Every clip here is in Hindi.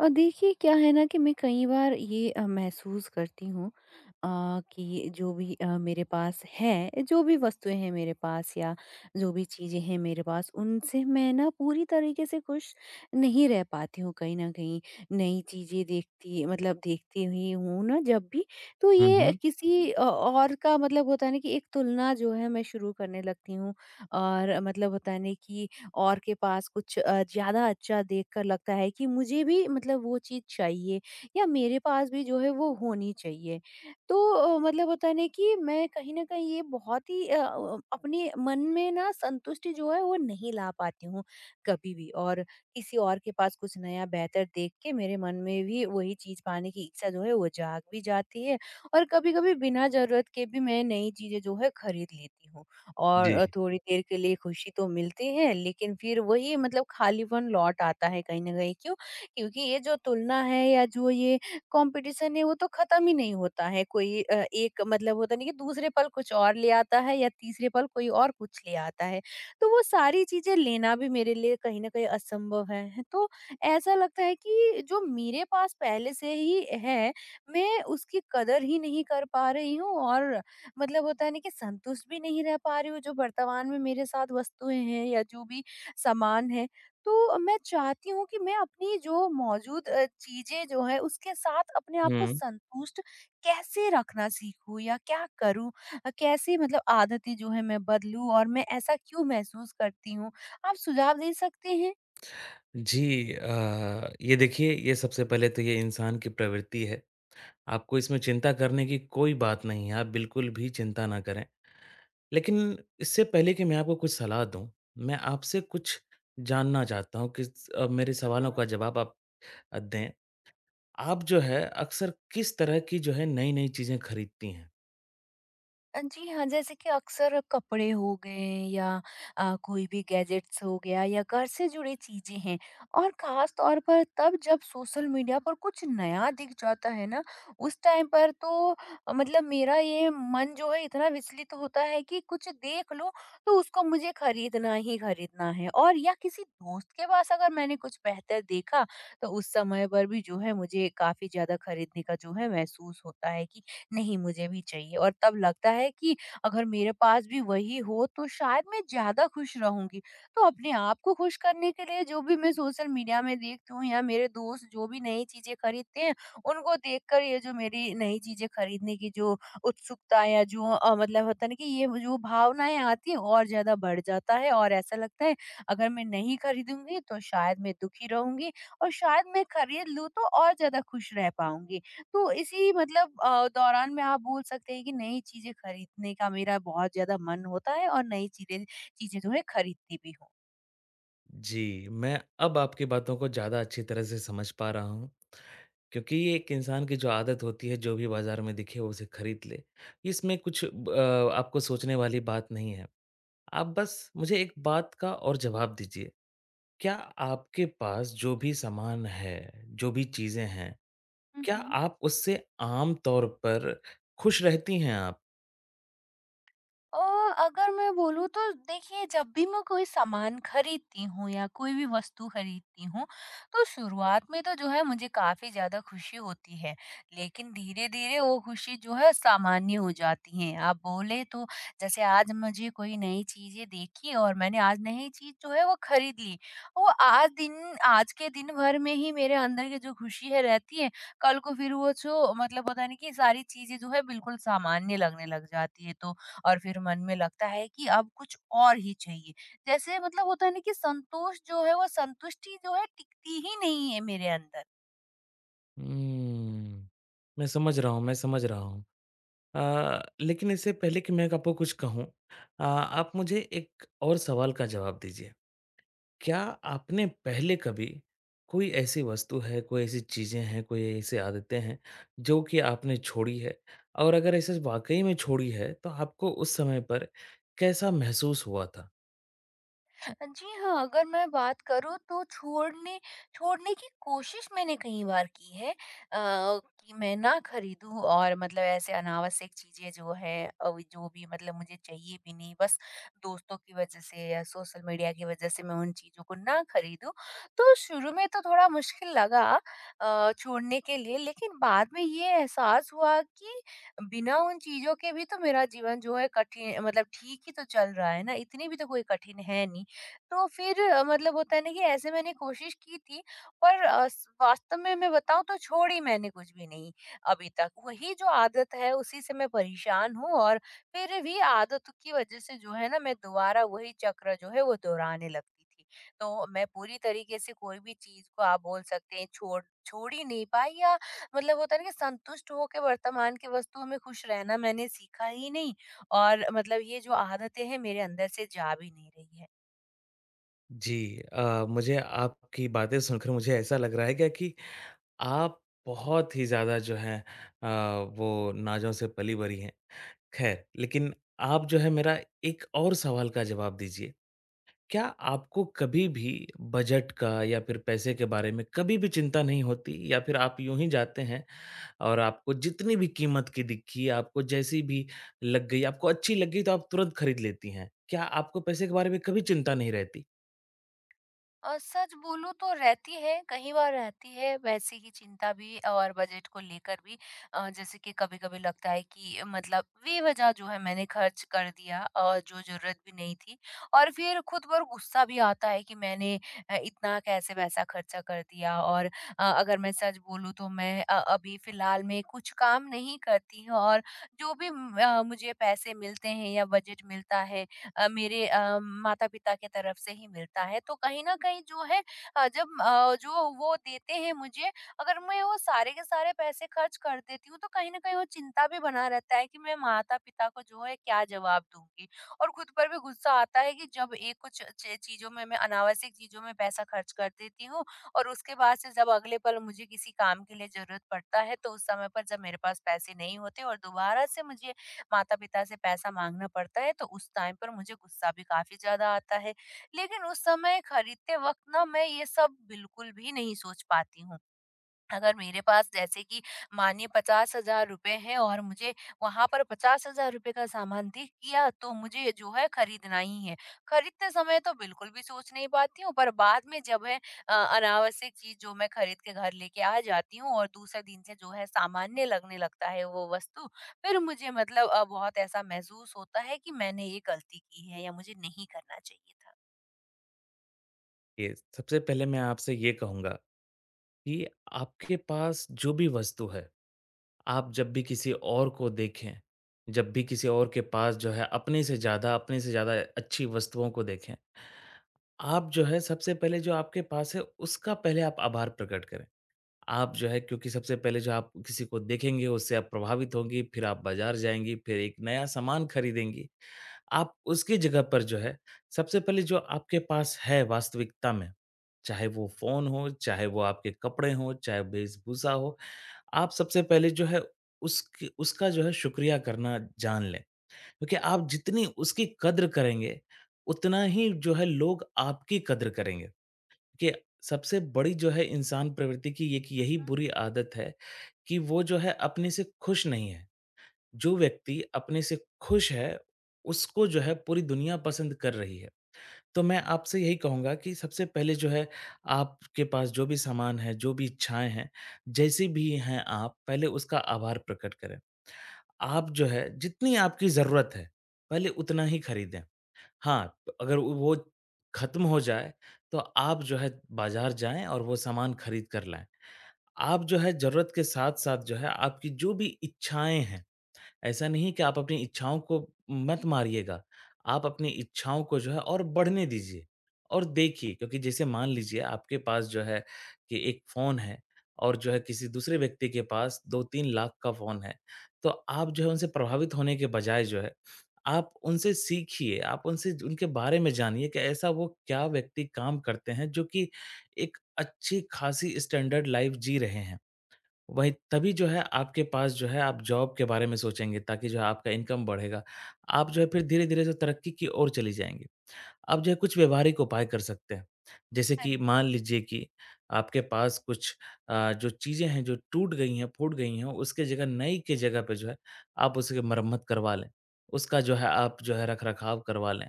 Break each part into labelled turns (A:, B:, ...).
A: और देखिए, क्या है ना कि मैं कई बार ये महसूस करती हूँ कि जो भी मेरे पास है, जो भी वस्तुएं हैं मेरे पास, या जो भी चीज़ें हैं मेरे पास, उनसे मैं ना पूरी तरीके से खुश नहीं रह पाती हूँ, कहीं ना कहीं। नई चीज़ें देखती, मतलब देखती हुई हूँ ना जब भी, तो
B: हुँ,
A: ये
B: हुँ।
A: किसी और का मतलब होता है ना कि एक तुलना जो है मैं शुरू करने लगती हूँ। और मतलब होता है ना कि और के पास कुछ ज़्यादा अच्छा देखकर लगता है कि मुझे भी मतलब वो चीज़ चाहिए, या मेरे पास भी जो है वो होनी चाहिए। तो मतलब होता है ना कि मैं कहीं न कहीं ये बहुत ही अपने मन में ना संतुष्टि जो है वो नहीं ला पाती हूँ कभी भी। और किसी और के पास कुछ नया बेहतर देख के मेरे मन में भी वही चीज़ पाने की इच्छा जो है वो जाग भी जाती है, और कभी-कभी बिना ज़रूरत के भी मैं नई चीज़ें जो है खरीद लेती हूँ। और
B: जी।
A: थोड़ी देर के लिए खुशी तो मिलती है, लेकिन फिर वही मतलब खालीपन लौट आता है, कहीं ना कहीं। क्यों? क्योंकि ये जो तुलना है या जो ये कंपटीशन है, वो तो खत्म ही नहीं होता है। कोई एक मतलब होता नहीं कि दूसरे पल कुछ और ले आता है या तीसरे पल कोई और कुछ ले आता है, तो वो सारी चीजें लेना भी मेरे लिए कहीं ना कहीं असंभव है। तो ऐसा लगता है कि जो मेरे पास पहले से ही है, मैं उसकी कदर ही नहीं कर पा रही हूँ, और मतलब होता है ना कि संतुष्ट भी नहीं रह पा रही हूँ, जो वर्तमान में मेरे साथ वस्तुएँ हैं या जो भी सामान है। तो मैं चाहती हूँ कि मैं अपनी जो मौजूद चीज़ें जो हैं उसके साथ अपने आप को
B: हुँ।
A: संतुष्ट कैसे रखना सीखूँ, या क्या करूँ? कैसे मतलब आदतें जो हैं मैं बदलूँ, और मैं ऐसा क्यों महसूस करती हूँ? आप सुझाव दे सकते हैं?
B: जी ये देखिए ये सबसे पहले तो ये इंसान की प्रवृत्ति है। आपको इसमें चिंता करने की कोई बात नहीं है, आप बिल्कुल भी चिंता ना करें। लेकिन इससे पहले कि मैं आपको कुछ सलाह दूँ, मैं आपसे कुछ जानना चाहता हूँ कि मेरे
A: हुँ,
B: सवालों
A: हुँ।
B: का जवाब आप दें। आप जो है अक्सर किस तरह की जो है नई-नई चीज़ें खरीदती हैं?
A: जी हाँ, जैसे कि अक्सर कपड़े हो गए, या कोई भी गैजेट्स हो गया, या घर से जुड़ी चीज़ें हैं। और ख़ास तौर पर तब जब सोशल मीडिया पर कुछ नया दिख जाता है ना, उस टाइम पर तो मतलब मेरा ये मन जो है इतना विचलित होता है कि कुछ देख लो तो उसको मुझे खरीदना ही खरीदना है। और या किसी दोस्त के पास अगर मैंने कुछ बेहतर देखा, तो उस समय पर भी जो है मुझे काफ़ी ज़्यादा खरीदने का जो है महसूस होता है कि नहीं, मुझे भी चाहिए। और तब लगता है कि अगर मेरे पास भी वही हो तो शायद मैं ज्यादा खुश रहूंगी। तो अपने आप को खुश करने के लिए जो भी मैं सोशल मीडिया में देखती हूँ या मेरे दोस्त जो भी नई चीजें खरीदते हैं, उनको देखकर ये जो मेरी नई चीजें खरीदने की जो उत्सुकता या जो मतलब होता है ना कि ये जो भावनाएं आती है और ज्यादा बढ़ जाता है, और ऐसा लगता है अगर मैं नहीं खरीदूंगी तो शायद मैं दुखी रहूंगी, और शायद मैं खरीद लूँ तो और ज्यादा खुश रह पाऊंगी। तो इसी मतलब दौरान में आप बोल सकते हैं कि नई चीज़ें खरीदने का मेरा बहुत ज़्यादा मन होता है, और नई चीज़ें चीज़ें जो है खरीदती भी हूँ।
B: जी, मैं अब आपकी बातों को ज़्यादा अच्छी तरह से समझ पा रहा हूँ, क्योंकि ये एक इंसान की जो आदत होती है, जो भी बाज़ार में दिखे वो उसे खरीद ले। इसमें कुछ आपको सोचने वाली बात नहीं है। आप बस मुझे एक बात का और जवाब दीजिए, क्या आपके पास जो भी सामान है, जो भी चीज़ें हैं,
A: हुँ,
B: क्या
A: हुँ।
B: आप उससे आम तौर पर खुश रहती हैं आप?
A: अ, अगर मैं बोलूँ तो देखिए, जब भी मैं कोई सामान खरीदती हूँ या कोई भी वस्तु खरीदती हूँ, तो शुरुआत में तो जो है मुझे काफ़ी ज़्यादा खुशी होती है। लेकिन धीरे-धीरे वो खुशी जो है सामान्य हो जाती है, आप बोले तो। जैसे आज मुझे कोई नई चीज़ें देखी और मैंने आज नई चीज़ जो है वो खरीद ली। वो आज के दिन भर में ही मेरे अंदर की जो खुशी है रहती है, कल को फिर वो जो मतलब पता नहीं कि सारी चीज़ें जो है बिल्कुल सामान्य लगने लग जाती है। तो और फिर मन में लगता है कि अब कुछ और ही चाहिए। जैसे मतलब होता है ना कि संतोष जो है वो संतुष्टि जो है टिकती ही नहीं है मेरे अंदर।
B: हुँ, मैं समझ रहा हूँ, मैं समझ रहा हूँ। लेकिन इससे पहले कि मैं आपको कुछ कहूँ आप मुझे एक और सवाल का जवाब दीजिए। क्या आपने पहले कभी कोई ऐसी वस्तु है, कोई ऐसी चीज़ें हैं, कोई ऐसी आदतें हैं, जो कि आपने छोड़ी है? और अगर ऐसे वाक़ई में छोड़ी है, तो आपको उस समय पर कैसा महसूस हुआ था?
A: जी हाँ, अगर मैं बात करूँ तो छोड़ने छोड़ने की कोशिश मैंने कई बार की है, कि मैं ना खरीदूँ और मतलब ऐसे अनावश्यक चीज़ें जो है, जो भी मतलब मुझे चाहिए भी नहीं, बस दोस्तों की वज़ह से या सोशल मीडिया की वज़ह से मैं उन चीज़ों को ना खरीदूँ। तो शुरू में तो थोड़ा मुश्किल लगा छोड़ने के लिए, लेकिन बाद में ये एहसास हुआ कि बिना उन चीज़ों के भी तो मेरा जीवन जो है कठिन मतलब ठीक ही तो चल रहा है ना, इतनी भी तो कोई कठिन है नहीं। तो फिर मतलब होता है ना कि ऐसे मैंने कोशिश की थी, पर वास्तव में मैं बताऊं तो छोड़ी मैंने कुछ भी नहीं, अभी तक वही जो आदत है उसी से मैं परेशान हूँ। और फिर भी आदतों की वजह से जो है ना मैं दोबारा वही चक्र जो है वो दोहराने लगती थी, तो मैं पूरी तरीके से कोई भी चीज को, आप बोल सकते हैं, छोड़ छोड़ ही नहीं पाई, या मतलब होता है ना कि संतुष्ट होकर वर्तमान की वस्तुओं में खुश रहना मैंने सीखा ही नहीं, और मतलब ये जो आदतें हैं मेरे अंदर से जा भी नहीं रही है।
B: जी, मुझे आपकी बातें सुनकर मुझे ऐसा लग रहा है क्या कि आप बहुत ही ज़्यादा जो है अ, वो नाज़ों से पली-भरी हैं। खैर, लेकिन आप जो है मेरा एक और सवाल का जवाब दीजिए। क्या आपको कभी भी बजट का या फिर पैसे के बारे में कभी भी चिंता नहीं होती या फिर आप यूँ ही जाते हैं और आपको जितनी भी कीमत की दिखी, आपको जैसी भी लग गई, आपको अच्छी लग गई तो आप तुरंत खरीद लेती हैं? क्या आपको पैसे के बारे में कभी चिंता नहीं रहती?
A: और सच बोलूँ तो रहती है, कई बार रहती है पैसे की चिंता भी और बजट को लेकर भी। जैसे कि कभी-कभी लगता है कि मतलब बेवज़ह जो है मैंने खर्च कर दिया और जो ज़रूरत भी नहीं थी। और फिर खुद पर गुस्सा भी आता है कि मैंने इतना कैसे पैसा खर्चा कर दिया। और अगर मैं सच बोलूँ तो मैं अभी फ़िलहाल में कुछ काम नहीं करती हूँ, और जो भी मुझे पैसे मिलते हैं या बजट मिलता है, मेरे माता-पिता की तरफ से ही मिलता है। तो कहीं न कहीं जो है, जब जो वो देते हैं मुझे, अगर मैं वो सारे के सारे पैसे खर्च कर देती हूँ, तो कहीं न कहीं वो चिंता भी बना रहता है कि मैं माता-पिता को जो है क्या जवाब दूँगी? और खुद पर भी गुस्सा आता है कि जब एक कुछ च चीज़ों में, मैं अनावश्यक चीज़ों में पैसा खर्च कर देती हूँ, और उसके बाद से जब अगले पल मुझे किसी काम के लिए ज़रूरत पड़ता है, तो उस समय पर जब मेरे पास पैसे नहीं होते और दोबारा से मुझे माता-पिता से पैसा माँगना पड़ता है, तो उस टाइम पर मुझे गुस्सा भी काफ़ी ज़्यादा आता है। लेकिन उस समय खरीदते वक़्त ना मैं ये सब बिल्कुल भी नहीं सोच पाती हूँ। अगर मेरे पास जैसे कि मानिए ₹50,000 हैं और मुझे वहाँ पर ₹50,000 का सामान दिख गया, तो मुझे जो है खरीदना ही है। खरीदते समय तो बिल्कुल भी सोच नहीं पाती हूँ, पर बाद में जब है अनावश्यक चीज़ जो मैं खरीद के घर लेके आ जाती हूँ और दूसरे दिन से जो है सामान्य लगने लगता है वो वस्तु, फिर मुझे मतलब बहुत ऐसा महसूस होता है कि मैंने ये गलती की है या मुझे नहीं करना चाहिए था।
B: ये सबसे पहले मैं आपसे ये कहूँगा कि आपके पास जो भी वस्तु है, आप जब भी किसी और को देखें, जब भी किसी और के पास जो है अपने से ज़्यादा अच्छी वस्तुओं को देखें, आप जो है सबसे पहले जो आपके पास है उसका पहले आप आभार प्रकट करें। आप जो है, क्योंकि सबसे पहले जो आप किसी को देखेंगे उससे आप प्रभावित होंगी, फिर आप बाज़ार जाएँगी, फिर एक नया सामान खरीदेंगी। आप उसकी जगह पर जो है सबसे पहले जो आपके पास है वास्तविकता में, चाहे वो फ़ोन हो, चाहे वो आपके कपड़े हों, चाहे वेशभूषा हो, आप सबसे पहले जो है उसका जो है शुक्रिया करना जान लें। क्योंकि आप जितनी उसकी कद्र करेंगे, उतना ही जो है लोग आपकी कद्र करेंगे। कि सबसे बड़ी जो है इंसान प्रवृत्ति की एक यही
A: हुँ,
B: बुरी आदत है कि वो जो है अपने से खुश नहीं है। जो व्यक्ति अपने से खुश है, उसको जो है पूरी दुनिया पसंद कर रही है। तो मैं आपसे यही कहूँगा कि सबसे पहले जो है आपके पास जो भी सामान है, जो भी इच्छाएँ हैं, जैसी भी हैं आप, पहले उसका आभार प्रकट करें। आप जो है जितनी आपकी ज़रूरत है, पहले उतना ही खरीदें। हाँ, अगर वो ख़त्म हो जाए, तो आप जो है बाज़ार जाएँ और वो सामान खरीद कर लाएँ। आप जो है ज़रूरत के साथ-साथ जो है आपकी जो भी इच्छाएँ हैं, ऐसा नहीं है कि आप अपनी इच्छाओं को मत मारिएगा, आप अपनी इच्छाओं को जो है और बढ़ने दीजिए। और देखिए, क्योंकि जैसे मान लीजिए आपके पास जो है कि एक फ़ोन है, और जो है किसी दूसरे व्यक्ति के पास 2-3 लाख का फ़ोन है, तो आप जो है उनसे प्रभावित होने के बजाय जो है, आप उनसे सीखिए, आप उनसे उनके बारे में जानिए कि ऐसा वो क्या व्यक्ति काम करते हैं जो कि एक अच्छी-खासी स्टैंडर्ड लाइफ़ जी रहे हैं। वही तभी जो है आपके पास जो है आप जॉब के बारे में सोचेंगे, ताकि जो है आपका इनकम बढ़ेगा। आप जो है फिर धीरे-धीरे जो तरक्की की ओर चले जाएँगे। आप जो है कुछ व्यावहारिक उपाय कर सकते हैं। जैसे
A: हाँ
B: कि
A: जी,
B: मान लीजिए कि आपके पास कुछ जो चीज़ें हैं जो टूट गई हैं, फूट गई हैं, उसके जगह नई के जगह पे जो है आप उसकी मरम्मत करवा लें। उसका जो है आप जो है रख-रखाव करवा लें।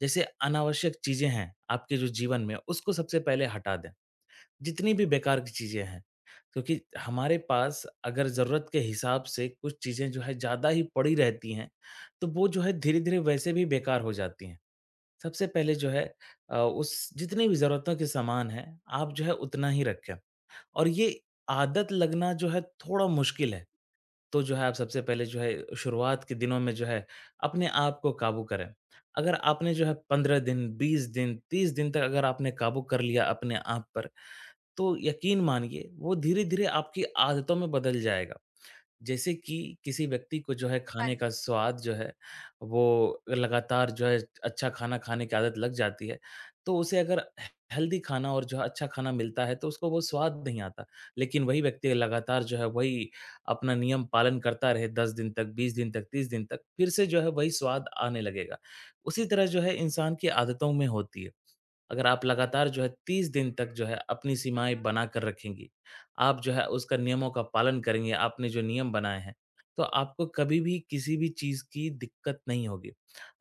B: जैसे अनावश्यक चीज़ें हैं आपके जो जीवन में, उसको सबसे पहले हटा दें। जितनी भी बेकार की चीज़ें हैं। क्योंकि हमारे पास अगर ज़रूरत के हिसाब से कुछ चीज़ें जो है ज़्यादा ही पड़ी रहती हैं, तो वो जो है धीरे-धीरे वैसे भी बेकार हो जाती हैं। सबसे पहले जो है उस जितनी भी ज़रूरतों के सामान हैं, आप जो है उतना ही रखें, और ये आदत लगना जो है थोड़ा मुश्किल है। तो जो है आप सबसे पहले जो है शुरुआत के दिनों में जो है अपने आप को काबू करें। अगर आपने जो है 15 दिन, 20 दिन, 30 दिन तक अगर आपने काबू कर लिया अपने आप पर, तो यकीन मानिए वो धीरे-धीरे आपकी आदतों में बदल जाएगा। जैसे कि किसी व्यक्ति को जो है
A: हाँ
B: खाने का
A: जी।
B: स्वाद जो है, वो लगातार जो है अच्छा खाना खाने की आदत लग जाती है, तो उसे अगर हेल्दी खाना और जो है अच्छा खाना मिलता है तो उसको वो स्वाद नहीं आता। लेकिन वही व्यक्ति लगातार जो है वही अपना नियम पालन करता रहे 10 दिन तक, 20 दिन तक, 30 दिन तक, फिर से जो है वही स्वाद आने लगेगा। उसी तरह जो है इंसान की आदतों में होती है। अगर आप लगातार जो है 30 दिन तक जो है अपनी
A: हुँ,
B: सीमाएँ
A: हुँ।
B: बनाकर रखेंगी, आप जो है उसका नियमों का पालन करेंगे, आपने जो नियम बनाए हैं, तो आपको कभी भी किसी भी चीज़ की दिक्कत नहीं होगी।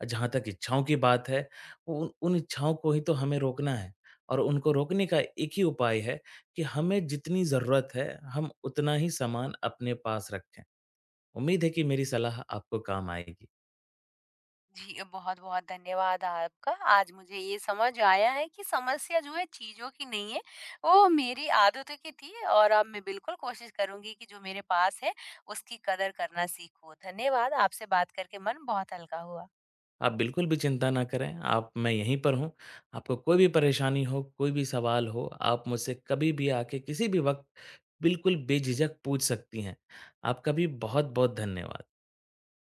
B: जहाँ तक इच्छाओं की बात है, उन उन इच्छाओं को ही तो हमें रोकना है, और उनको रोकने का एक ही उपाय है कि हमें जितनी ज़रूरत है, हम उतना ही सामान अपने पास रखें। उम्मीद है कि मेरी सलाह आपको काम आएगी।
A: जी, बहुत-बहुत धन्यवाद आपका। आज मुझे ये समझ आया है कि समस्या जो है चीज़ों की नहीं है, वो मेरी आदतों की थी, और अब मैं बिल्कुल कोशिश करूँगी कि जो मेरे पास है, उसकी कदर करना सीखूँ। धन्यवाद, आपसे बात करके मन बहुत हल्का हुआ।
B: आप बिल्कुल भी चिंता ना करें, आप, मैं यहीं पर हूँ। आपको कोई भी परेशानी हो, कोई भी सवाल हो, आप मुझसे कभी भी आके किसी भी वक़्त बिल्कुल बेझिझक पूछ सकती हैं। आपका भी बहुत-बहुत धन्यवाद।